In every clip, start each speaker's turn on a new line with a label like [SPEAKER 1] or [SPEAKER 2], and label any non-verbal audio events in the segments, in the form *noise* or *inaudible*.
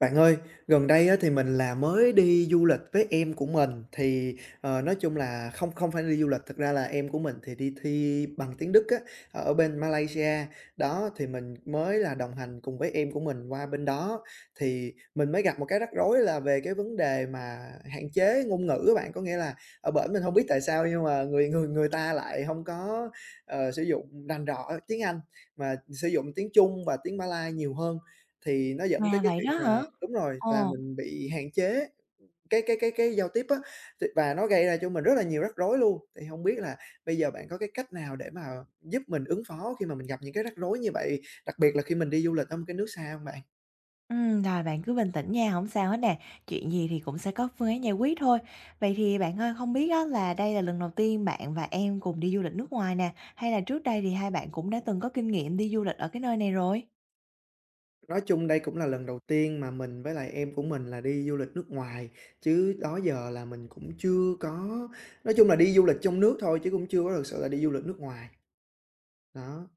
[SPEAKER 1] Bạn ơi, gần đây á, thì mình là mới đi du lịch với em của mình thì, nói chung là không không phải đi du lịch, thực ra là em của mình thì đi thi bằng tiếng Đức á, ở bên Malaysia. Đó, thì mình mới là đồng hành cùng với em của mình qua bên đó, thì mình mới gặp một cái rắc rối là về cái vấn đề mà hạn chế ngôn ngữ các bạn. Có nghĩa là ở bển mình không biết tại sao nhưng mà người người người ta lại không có, sử dụng rành rõ tiếng Anh mà sử dụng tiếng Trung và tiếng Malai nhiều hơn, thì nó dẫn tới
[SPEAKER 2] À,
[SPEAKER 1] cái
[SPEAKER 2] vậy
[SPEAKER 1] chuyện
[SPEAKER 2] đó
[SPEAKER 1] là.
[SPEAKER 2] hả?
[SPEAKER 1] Đúng rồi, và
[SPEAKER 2] Ồ,
[SPEAKER 1] mình bị hạn chế cái giao tiếp á, thì và nó gây ra cho mình rất là nhiều rắc rối luôn. Thì không biết là bây giờ bạn có cái cách nào để mà giúp mình ứng phó khi mà mình gặp những cái rắc rối như vậy, đặc biệt là khi mình đi du lịch ở một cái nước xa không bạn?
[SPEAKER 2] rồi bạn cứ bình tĩnh nha, không sao hết nè, chuyện gì thì cũng sẽ có phương án giải quyết thôi. Vậy thì bạn ơi, không biết á là đây là lần đầu tiên bạn và em cùng đi du lịch nước ngoài nè, hay là trước đây thì hai bạn cũng đã từng có kinh nghiệm đi du lịch ở cái nơi này rồi?
[SPEAKER 1] Nói chung đây cũng là lần đầu tiên mà mình với lại em của mình là đi du lịch nước ngoài, chứ đó giờ là mình cũng chưa có, nói chung là đi du lịch trong nước thôi chứ cũng chưa có thực sự là đi du lịch nước ngoài, đó.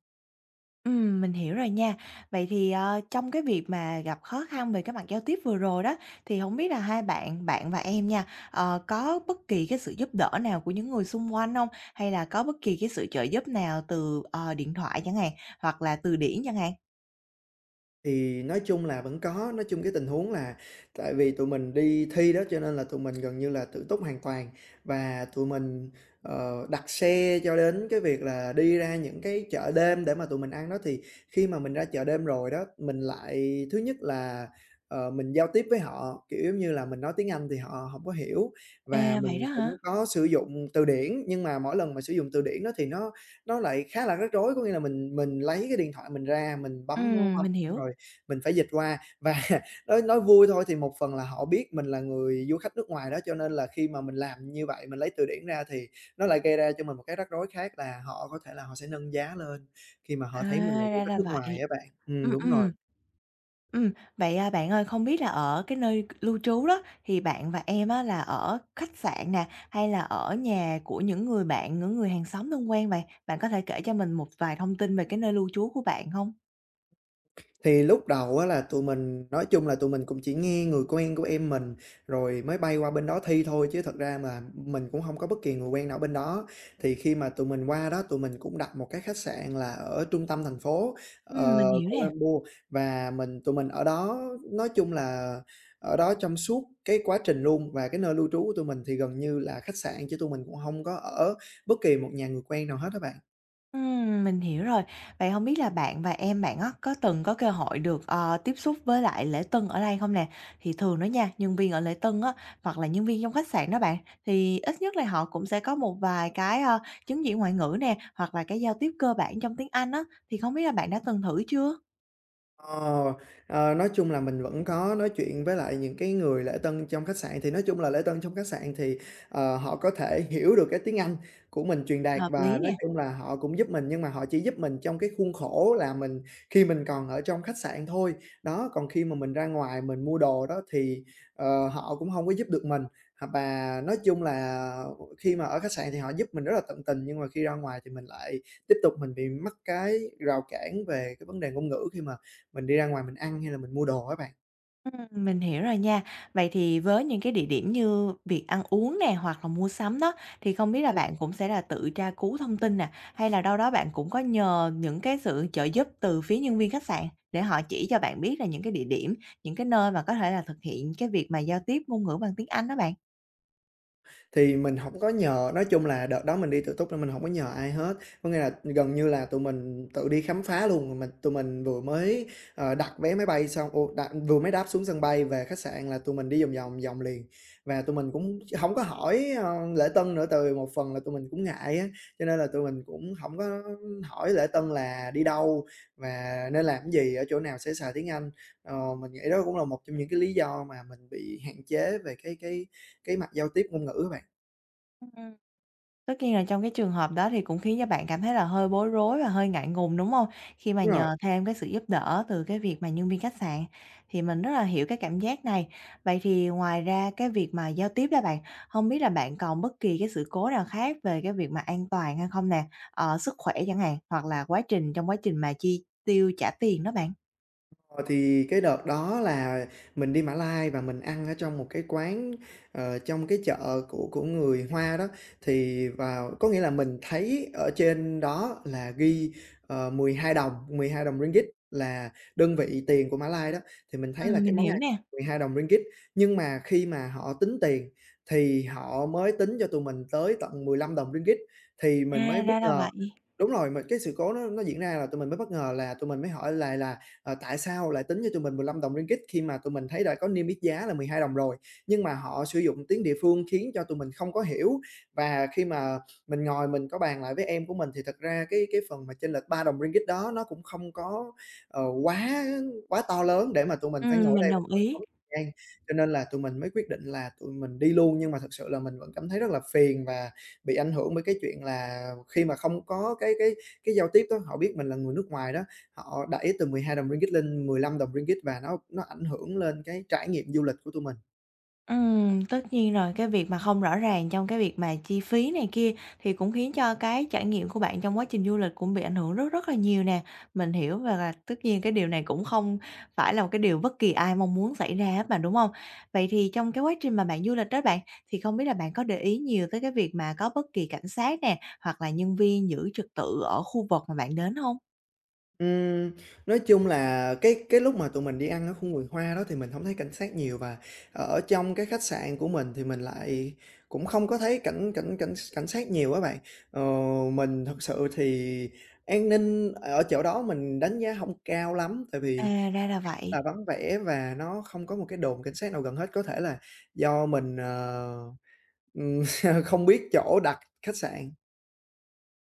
[SPEAKER 2] Mình hiểu rồi nha. Vậy thì, trong cái việc mà gặp khó khăn về cái mặt giao tiếp vừa rồi đó, thì không biết là hai bạn bạn và em nha, có bất kỳ cái sự giúp đỡ nào của những người xung quanh không? Hay là có bất kỳ cái sự trợ giúp nào từ, điện thoại chẳng hạn, hoặc là từ điển chẳng hạn?
[SPEAKER 1] Thì nói chung là vẫn có, nói chung cái tình huống là tại vì tụi mình đi thi đó cho nên là tụi mình gần như là tự túc hoàn toàn và tụi mình, đặt xe cho đến cái việc là đi ra những cái chợ đêm để mà tụi mình ăn đó. Thì khi mà mình ra chợ đêm rồi đó, mình lại thứ nhất là, mình giao tiếp với họ, kiểu, giống như là, mình nói tiếng Anh thì họ không có hiểu, và
[SPEAKER 2] À, vậy đó
[SPEAKER 1] mình
[SPEAKER 2] hả?
[SPEAKER 1] cũng có sử dụng từ điển, nhưng mà mỗi lần mà sử dụng từ điển đó thì nó lại khá là rắc rối. Có nghĩa là mình lấy cái điện thoại mình ra, mình bấm bấm
[SPEAKER 2] Mình
[SPEAKER 1] xong
[SPEAKER 2] hiểu.
[SPEAKER 1] rồi mình phải dịch qua. Và *laughs* nói vui thôi thì một phần là họ biết mình là người du khách nước ngoài đó, cho nên là khi mà mình làm như vậy, mình lấy từ điển ra thì nó lại gây ra cho mình một cái rắc rối khác là họ có thể là họ sẽ nâng giá lên khi mà
[SPEAKER 2] À,
[SPEAKER 1] họ thấy mình là du
[SPEAKER 2] ra
[SPEAKER 1] khách
[SPEAKER 2] là
[SPEAKER 1] nước ngoài
[SPEAKER 2] vậy.
[SPEAKER 1] á bạn.
[SPEAKER 2] Ừm,
[SPEAKER 1] Đúng
[SPEAKER 2] ừm.
[SPEAKER 1] rồi.
[SPEAKER 2] Ừm, vậy, à, bạn ơi, không biết là ở cái nơi lưu trú đó thì bạn và em á là ở khách sạn nè, hay là ở nhà của những người bạn, những người hàng xóm thân quen vậy? Bạn có thể kể cho mình một vài thông tin về cái nơi lưu trú của bạn hông?
[SPEAKER 1] Thì lúc đầu á là tụi mình, nói chung là tụi mình cũng chỉ nghe người quen của em mình, rồi mới bay qua bên đó thi thôi chứ thật ra mà mình cũng không có bất kỳ người quen nào bên đó. Thì khi mà tụi mình qua đó, tụi mình cũng đặt một cái khách sạn là ở trung tâm thành phố,
[SPEAKER 2] Mình hiểu
[SPEAKER 1] Kuala
[SPEAKER 2] nè.
[SPEAKER 1] Lumpur, và tụi mình ở đó, nói chung là ở đó trong suốt cái quá trình luôn. Và cái nơi lưu trú của tụi mình thì gần như là khách sạn chứ tụi mình cũng không có ở bất kỳ một nhà người quen nào hết các bạn.
[SPEAKER 2] Mình hiểu rồi. Vậy không biết là bạn và em bạn á, có từng có cơ hội được, tiếp xúc với lại lễ tân ở đây không nè? Thì thường đó nha, nhân viên ở lễ tân á, hoặc là nhân viên trong khách sạn đó bạn, thì ít nhất là họ cũng sẽ có một vài cái, chứng chỉ ngoại ngữ nè, hoặc là cái giao tiếp cơ bản trong tiếng Anh á, thì không biết là bạn đã từng thử chưa?
[SPEAKER 1] Ờ, nói chung là mình vẫn có nói chuyện với lại những cái người lễ tân trong khách sạn, thì nói chung là lễ tân trong khách sạn thì, họ có thể *laughs* hiểu được cái tiếng Anh của mình truyền đạt,
[SPEAKER 2] Hợp
[SPEAKER 1] và
[SPEAKER 2] lý nè.
[SPEAKER 1] nói chung là họ cũng giúp mình, nhưng mà họ chỉ giúp mình trong cái khuôn khổ là mình khi mình còn ở trong khách sạn thôi. Đó, còn khi mà mình ra ngoài mình mua đồ đó thì, họ cũng không có giúp được mình. Và nói chung là khi mà ở khách sạn thì họ giúp mình rất là tận tình, nhưng mà khi ra ngoài thì mình lại tiếp tục mình bị mắc cái rào cản về cái vấn đề ngôn ngữ khi mà mình đi ra ngoài mình ăn hay là mình mua đồ á bạn?
[SPEAKER 2] Mình hiểu rồi nha. Vậy thì với những cái địa điểm như việc ăn uống nè, hoặc là mua sắm đó, thì không biết là bạn cũng sẽ là tự tra cứu thông tin nè, hay là đâu đó bạn cũng có nhờ những cái sự trợ giúp từ phía nhân viên khách sạn để họ chỉ cho bạn biết là những cái địa điểm, những cái nơi mà có thể là thực hiện cái việc mà giao tiếp ngôn ngữ bằng tiếng Anh đó bạn?
[SPEAKER 1] Thì mình không có nhờ, nói chung là đợt đó mình đi tự túc nên mình không có nhờ ai hết, có nghĩa là gần như là tụi mình tự đi khám phá luôn, tụi mình vừa mới, đặt vé máy bay xong ô, đặt vừa mới đáp xuống sân bay về khách sạn là tụi mình đi vòng vòng vòng liền. Và tụi mình cũng không có hỏi, lễ tân nữa, từ một phần là tụi mình cũng ngại á, cho nên là tụi mình cũng không có hỏi lễ tân là đi đâu và nên làm cái gì, ở chỗ nào sẽ xài tiếng Anh. Mình nghĩ đó cũng là một trong những cái lý do mà mình bị hạn chế về cái mặt giao tiếp ngôn ngữ á bạn.
[SPEAKER 2] Tất nhiên là trong cái trường hợp đó thì cũng khiến cho bạn cảm thấy là hơi bối rối và hơi ngại ngùng, đúng không? Khi mà
[SPEAKER 1] Đúng rồi,
[SPEAKER 2] nhờ thêm cái sự giúp đỡ từ cái việc mà nhân viên khách sạn, thì mình rất là hiểu cái cảm giác này. Vậy thì ngoài ra cái việc mà giao tiếp đó bạn, không biết là bạn còn bất kỳ cái sự cố nào khác về cái việc mà an toàn hay không nè? Ờ, sức khỏe chẳng hạn, hoặc là quá trình trong quá trình mà chi tiêu trả tiền đó bạn?
[SPEAKER 1] ờ, thì cái đợt đó là mình đi Mã Lai và mình ăn ở trong một cái quán, trong cái chợ của người Hoa đó, thì vào có nghĩa là mình thấy ở trên đó là ghi, 12 đồng, 12 đồng ringgit là đơn vị tiền của Mã Lai đó, thì mình thấy là cái
[SPEAKER 2] Mình
[SPEAKER 1] món
[SPEAKER 2] hiểu
[SPEAKER 1] ăn
[SPEAKER 2] nè.
[SPEAKER 1] 12 đồng ringgit, nhưng mà khi mà họ tính tiền thì họ mới tính cho tụi mình tới tận 15 đồng ringgit, thì mình mới
[SPEAKER 2] À,
[SPEAKER 1] bất
[SPEAKER 2] ra là
[SPEAKER 1] ngờ.
[SPEAKER 2] vậy.
[SPEAKER 1] Đúng rồi, mà cái sự cố nó diễn ra là tụi mình mới bất ngờ, là tụi mình mới hỏi là tại sao lại tính cho tụi mình 15 đồng ringgit khi mà tụi mình thấy đã có niêm yết giá là 12 đồng rồi. Nhưng mà họ sử dụng tiếng địa phương khiến cho tụi mình không có hiểu, và khi mà mình ngồi mình có bàn lại với em của mình thì thật ra cái phần mà chênh lệch 3 đồng ringgit đó nó cũng không có, quá quá to lớn để mà tụi mình phải ngồi ở
[SPEAKER 2] Mình
[SPEAKER 1] đây mình
[SPEAKER 2] đồng
[SPEAKER 1] mình
[SPEAKER 2] ý.
[SPEAKER 1] tốn thời gian. Cho nên là tụi mình mới quyết định là tụi mình đi luôn, nhưng mà thực sự là mình vẫn cảm thấy rất là phiền và bị ảnh hưởng bởi cái chuyện là khi mà không có cái giao tiếp đó, họ biết mình là người nước ngoài đó. Họ đẩy từ 12 đồng ringgit lên 15 đồng ringgit, và nó ảnh hưởng lên cái trải nghiệm du lịch của tụi mình.
[SPEAKER 2] Tất nhiên rồi, cái việc mà không rõ ràng trong cái việc mà chi phí này kia thì cũng khiến cho cái trải nghiệm của bạn trong quá trình du lịch cũng bị ảnh hưởng rất rất là nhiều nè. Mình hiểu và là tất nhiên cái điều này cũng không phải là một cái điều bất kỳ ai mong muốn xảy ra hết mà, đúng không? Vậy thì trong cái quá trình mà bạn du lịch đó bạn, thì không biết là bạn có để ý nhiều tới cái việc mà có bất kỳ cảnh sát nè, hoặc là nhân viên giữ trật tự ở khu vực mà bạn đến không?
[SPEAKER 1] Ừm, nói chung là cái lúc mà tụi mình đi ăn ở khu người Hoa đó thì mình hổng thấy cảnh sát nhiều, và ở trong cái khách sạn của mình thì mình lại cũng không có thấy cảnh cảnh cảnh cảnh sát nhiều á bạn. Ờ, mình thật sự thì an ninh ở chỗ đó mình đánh giá hông cao lắm, tại vì
[SPEAKER 2] À, ra là
[SPEAKER 1] là
[SPEAKER 2] vậy.
[SPEAKER 1] vắng vẻ và nó không có một cái đồn cảnh sát nào gần hết. Có thể là do mình, Ừm, *laughs* không biết chỗ đặt khách sạn.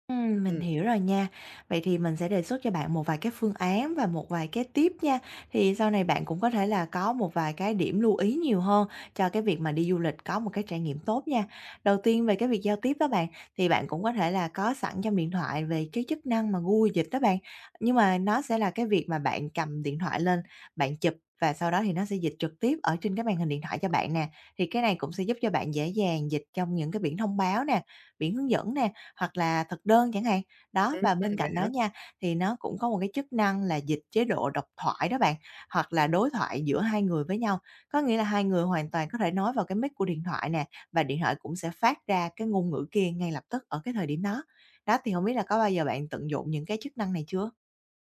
[SPEAKER 2] Mình
[SPEAKER 1] Ừm,
[SPEAKER 2] hiểu rồi nha. Vậy thì mình sẽ đề xuất cho bạn một vài cái phương án và một vài cái tip nha. Thì sau này bạn cũng có thể là có một vài cái điểm lưu ý nhiều hơn cho cái việc mà đi du lịch có một cái trải nghiệm tốt nha. Đầu tiên về cái việc giao tiếp đó bạn, thì bạn cũng có thể là có sẵn trong điện thoại về cái chức năng mà Google Dịch đó bạn. Nhưng mà nó sẽ là cái việc mà bạn cầm điện thoại lên, bạn chụp và sau đó thì nó sẽ dịch trực tiếp ở trên cái màn hình điện thoại cho bạn nè. Thì cái này cũng sẽ giúp cho bạn dễ dàng dịch trong những cái biển thông báo nè, biển hướng dẫn nè hoặc là thực đơn chẳng hạn. Đó, và bên
[SPEAKER 1] vậy
[SPEAKER 2] cạnh đó
[SPEAKER 1] hả?
[SPEAKER 2] nha, thì nó cũng có một cái chức năng là dịch chế độ độc thoại đó bạn, hoặc là đối thoại giữa hai người với nhau. Có nghĩa là hai người hoàn toàn có thể nói vào cái mic của điện thoại nè, và điện thoại cũng sẽ phát ra cái ngôn ngữ kia ngay lập tức ở cái thời điểm đó. Đó, thì không biết là có bao giờ bạn tận dụng những cái chức năng này chưa?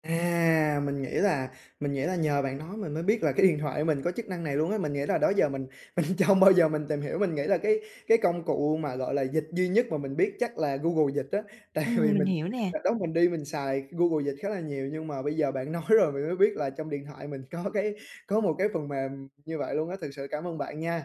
[SPEAKER 1] À, mình nghĩ là nhờ bạn nói mình mới biết là cái điện thoại của mình có chức năng này luôn á. Mình nghĩ là đó giờ mình *laughs* chưa bao giờ mình tìm hiểu, mình nghĩ là cái công cụ mà, gọi là, dịch duy nhất mà mình biết chắc là Google Dịch á. *laughs* Tại vì
[SPEAKER 2] Mình
[SPEAKER 1] mình
[SPEAKER 2] hiểu nè.
[SPEAKER 1] đợt đó mình đi mình xài Google Dịch khá là nhiều, nhưng mà bây giờ bạn nói rồi mình mới biết là trong điện thoại mình có một cái phần mềm như vậy luôn á. Thực sự cảm ơn bạn nha.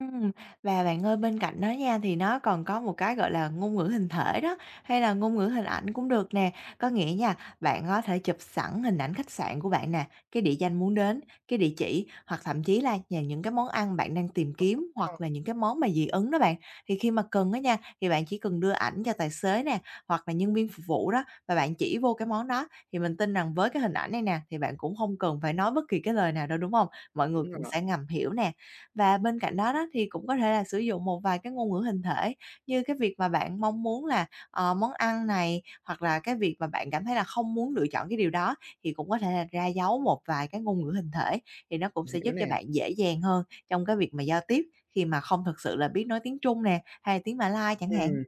[SPEAKER 2] Ừm, và bạn ơi, bên cạnh đó nha, thì nó còn có một cái, gọi là, ngôn ngữ hình thể đó, hay là ngôn ngữ hình ảnh cũng được nè. Có nghĩa nha, bạn có thể chụp sẵn hình ảnh khách sạn của bạn nè, cái địa danh muốn đến, cái địa chỉ, hoặc thậm chí là nhà những cái món ăn bạn đang tìm kiếm, hoặc
[SPEAKER 1] Ờ.
[SPEAKER 2] là những cái món mà dị ứng đó bạn. Thì khi mà cần đó nha, thì bạn chỉ cần đưa ảnh cho tài xế nè, hoặc là nhân viên phục vụ đó, và bạn chỉ vô cái món đó, thì mình tin rằng với cái hình ảnh này nè, thì bạn cũng không cần phải nói bất kỳ cái lời nào đâu, đúng không? Mọi người
[SPEAKER 1] Đúng
[SPEAKER 2] cũng
[SPEAKER 1] rồi,
[SPEAKER 2] sẽ ngầm hiểu nè, và bên cạnh đó đó thì cũng có thể là sử dụng một vài cái ngôn ngữ hình thể như cái việc mà bạn mong muốn là, món ăn này, hoặc là cái việc mà bạn cảm thấy là không muốn lựa chọn cái điều đó thì cũng có thể là ra dấu một vài cái ngôn ngữ hình thể, thì nó cũng
[SPEAKER 1] mình
[SPEAKER 2] sẽ
[SPEAKER 1] hiểu
[SPEAKER 2] giúp cho
[SPEAKER 1] nè.
[SPEAKER 2] bạn dễ dàng hơn trong cái việc mà giao tiếp khi mà không thực sự là biết nói tiếng Trung nè, hay tiếng Mã Lai chẳng hạn.
[SPEAKER 1] Ừm.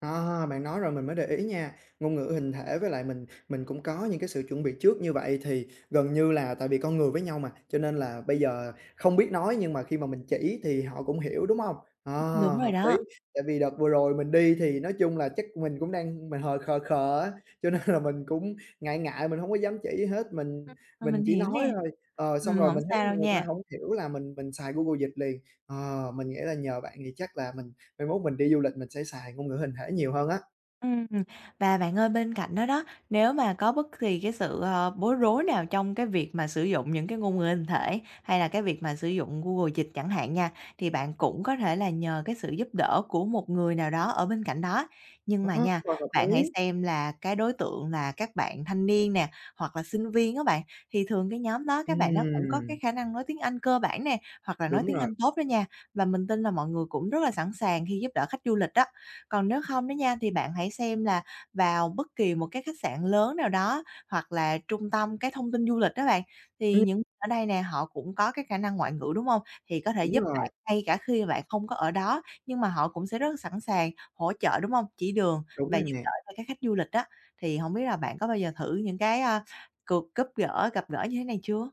[SPEAKER 1] À, bạn nói rồi mình mới để ý nha. Ngôn ngữ hình thể với lại mình cũng có những cái sự chuẩn bị trước như vậy thì gần như là tại vì con người với nhau mà, cho nên là bây giờ không biết nói nhưng mà khi mà mình chỉ thì họ cũng hiểu, đúng không? À,
[SPEAKER 2] Đúng rồi
[SPEAKER 1] hợp lý,
[SPEAKER 2] đó,
[SPEAKER 1] tại vì đợt vừa rồi mình đi thì nói chung là chắc mình cũng đang mình hơi khờ khờ á, cho nên là mình cũng ngại ngại, mình không có dám chỉ hết, mình
[SPEAKER 2] ờ,
[SPEAKER 1] mình
[SPEAKER 2] mình
[SPEAKER 1] chỉ
[SPEAKER 2] hiểu
[SPEAKER 1] nói
[SPEAKER 2] nè,
[SPEAKER 1] thôi. Ờ, xong rồi
[SPEAKER 2] hổng
[SPEAKER 1] mình
[SPEAKER 2] sao
[SPEAKER 1] thấy
[SPEAKER 2] đâu
[SPEAKER 1] người ta
[SPEAKER 2] nha.
[SPEAKER 1] không hiểu là mình xài Google Dịch liền. Mình nghĩ là nhờ bạn thì chắc là mai mốt mình đi du lịch mình sẽ xài ngôn ngữ hình thể nhiều hơn á.
[SPEAKER 2] Ừm, và bạn ơi, bên cạnh đó đó, nếu mà có bất kỳ cái sự, bối rối nào trong cái việc mà sử dụng những cái ngôn ngữ hình thể, hay là cái việc mà sử dụng Google Dịch chẳng hạn nha, thì bạn cũng có thể là nhờ cái sự giúp đỡ của một người nào đó ở bên cạnh đó. Nhưng
[SPEAKER 1] Ờ,
[SPEAKER 2] mà
[SPEAKER 1] hoàn
[SPEAKER 2] nha,
[SPEAKER 1] toàn hợp
[SPEAKER 2] bạn
[SPEAKER 1] lý.
[SPEAKER 2] hãy xem là cái đối tượng là các bạn thanh niên nè, hoặc là sinh viên các bạn, thì thường cái nhóm đó các bạn nó cũng có cái
[SPEAKER 1] Ừm,
[SPEAKER 2] khả năng nói tiếng Anh cơ bản nè, hoặc là nói
[SPEAKER 1] đúng
[SPEAKER 2] tiếng
[SPEAKER 1] rồi,
[SPEAKER 2] Anh tốt đó nha, và mình tin là mọi người cũng rất là sẵn sàng khi giúp đỡ khách du lịch đó. Còn nếu không đó nha, thì bạn hãy xem là vào bất kỳ một cái khách sạn lớn nào đó, hoặc là trung tâm cái thông tin du lịch đó bạn, thì
[SPEAKER 1] ừm,
[SPEAKER 2] những ở đây nè, họ cũng có cái khả năng ngoại ngữ, đúng không? Thì có thể
[SPEAKER 1] đúng
[SPEAKER 2] giúp
[SPEAKER 1] rồi,
[SPEAKER 2] bạn ngay cả khi bạn không có ở đó, nhưng mà họ cũng sẽ rất sẵn sàng hỗ trợ, đúng không? Chỉ đường
[SPEAKER 1] đúng
[SPEAKER 2] và
[SPEAKER 1] rồi
[SPEAKER 2] giúp
[SPEAKER 1] nè.
[SPEAKER 2] đỡ cho các khách du lịch đó. Thì không biết là bạn có bao giờ thử những cái, a, cuộc giúp gỡ gặp gỡ như thế này chưa?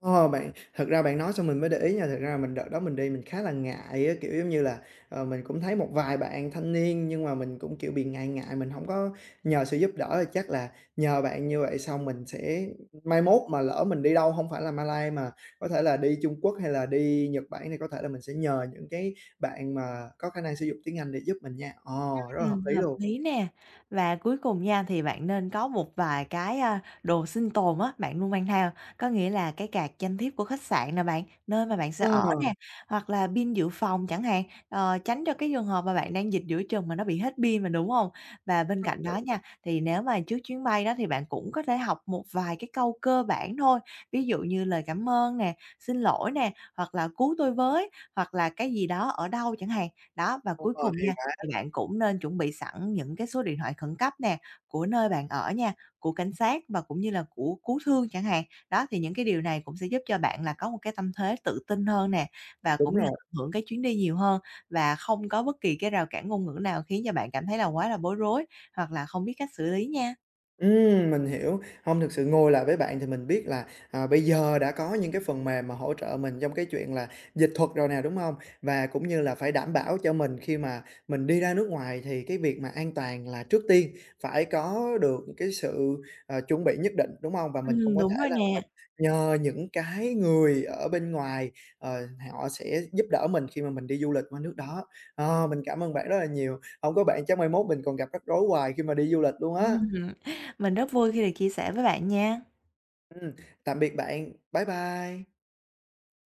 [SPEAKER 1] Ồ, bạn thật ra bạn nói xong mình mới để ý nha, thật ra mình đợt đó mình đi mình khá là ngại á, kiểu, giống như là, mình cũng thấy một vài bạn thanh niên nhưng mà mình cũng, kiểu, bị ngại ngại, mình không có nhờ sự giúp đỡ, thì chắc là nhờ bạn như vậy xong mình sẽ, mai mốt mà lỡ mình đi đâu không phải là Malay mà có thể là đi Trung Quốc hay là đi Nhật Bản thì có thể là mình sẽ nhờ những cái bạn mà có khả năng sử dụng tiếng Anh để giúp mình nha. Ồ, rất là hợp lý
[SPEAKER 2] Hợp
[SPEAKER 1] luôn.
[SPEAKER 2] lý nè. Và cuối cùng nha, thì bạn nên có một vài cái, a, đồ sinh tồn á, bạn luôn mang theo, có nghĩa là cái card danh thiếp của khách sạn nè bạn, nơi mà bạn sẽ
[SPEAKER 1] Ờ,
[SPEAKER 2] ở nè, hoặc là pin dự phòng chẳng hạn, tránh cho cái trường hợp mà bạn đang dịch giữa chừng mà nó bị hết pin mà, đúng không? Và bên
[SPEAKER 1] đúng
[SPEAKER 2] cạnh
[SPEAKER 1] rồi,
[SPEAKER 2] đó nha, thì nếu mà trước chuyến bay đó thì bạn cũng có thể học một vài cái câu cơ bản thôi, ví dụ như lời cảm ơn nè, xin lỗi nè, hoặc là "Cứu tôi với", hoặc là "Cái gì đó ở đâu" chẳng hạn. Đó, và
[SPEAKER 1] đúng
[SPEAKER 2] cuối
[SPEAKER 1] hay
[SPEAKER 2] cùng nha
[SPEAKER 1] quá,
[SPEAKER 2] thì bạn cũng nên chuẩn bị sẵn những cái số điện thoại khẩn cấp nè, của nơi bạn ở nha, của cảnh sát và cũng như là của cứu thương chẳng hạn. Đó, thì những cái điều này cũng sẽ giúp cho bạn là có một cái tâm thế tự tin hơn nè, và
[SPEAKER 1] đúng
[SPEAKER 2] cũng như là
[SPEAKER 1] rồi.
[SPEAKER 2] tận hưởng cái chuyến đi nhiều hơn và không có bất kỳ cái rào cản ngôn ngữ nào khiến cho bạn cảm thấy là quá là bối rối hoặc là không biết cách xử lý nha.
[SPEAKER 1] Mình hiểu. Hông, thực sự ngồi lại với bạn thì mình biết là, à, bây giờ đã có những cái phần mềm mà hỗ trợ mình trong cái chuyện là dịch thuật rồi nè, đúng không? Và cũng như là phải đảm bảo cho mình khi mà mình đi ra nước ngoài thì cái việc mà an toàn là trước tiên, phải có được cái sự, chuẩn bị nhất định, đúng không? Và mình cũng có
[SPEAKER 2] Đúng
[SPEAKER 1] thể
[SPEAKER 2] rồi
[SPEAKER 1] là
[SPEAKER 2] nè.
[SPEAKER 1] mình nhờ những cái người ở bên ngoài, ờ, họ sẽ giúp đỡ mình khi mà mình đi du lịch qua nước đó. Mình cảm ơn bạn rất là nhiều, không có bạn chắc mai mốt mình còn gặp rắc rối hoài khi mà đi du lịch luôn á.
[SPEAKER 2] Ừm, mình rất vui khi được chia sẻ với bạn nha.
[SPEAKER 1] Ừm, tạm biệt bạn. Bye bye.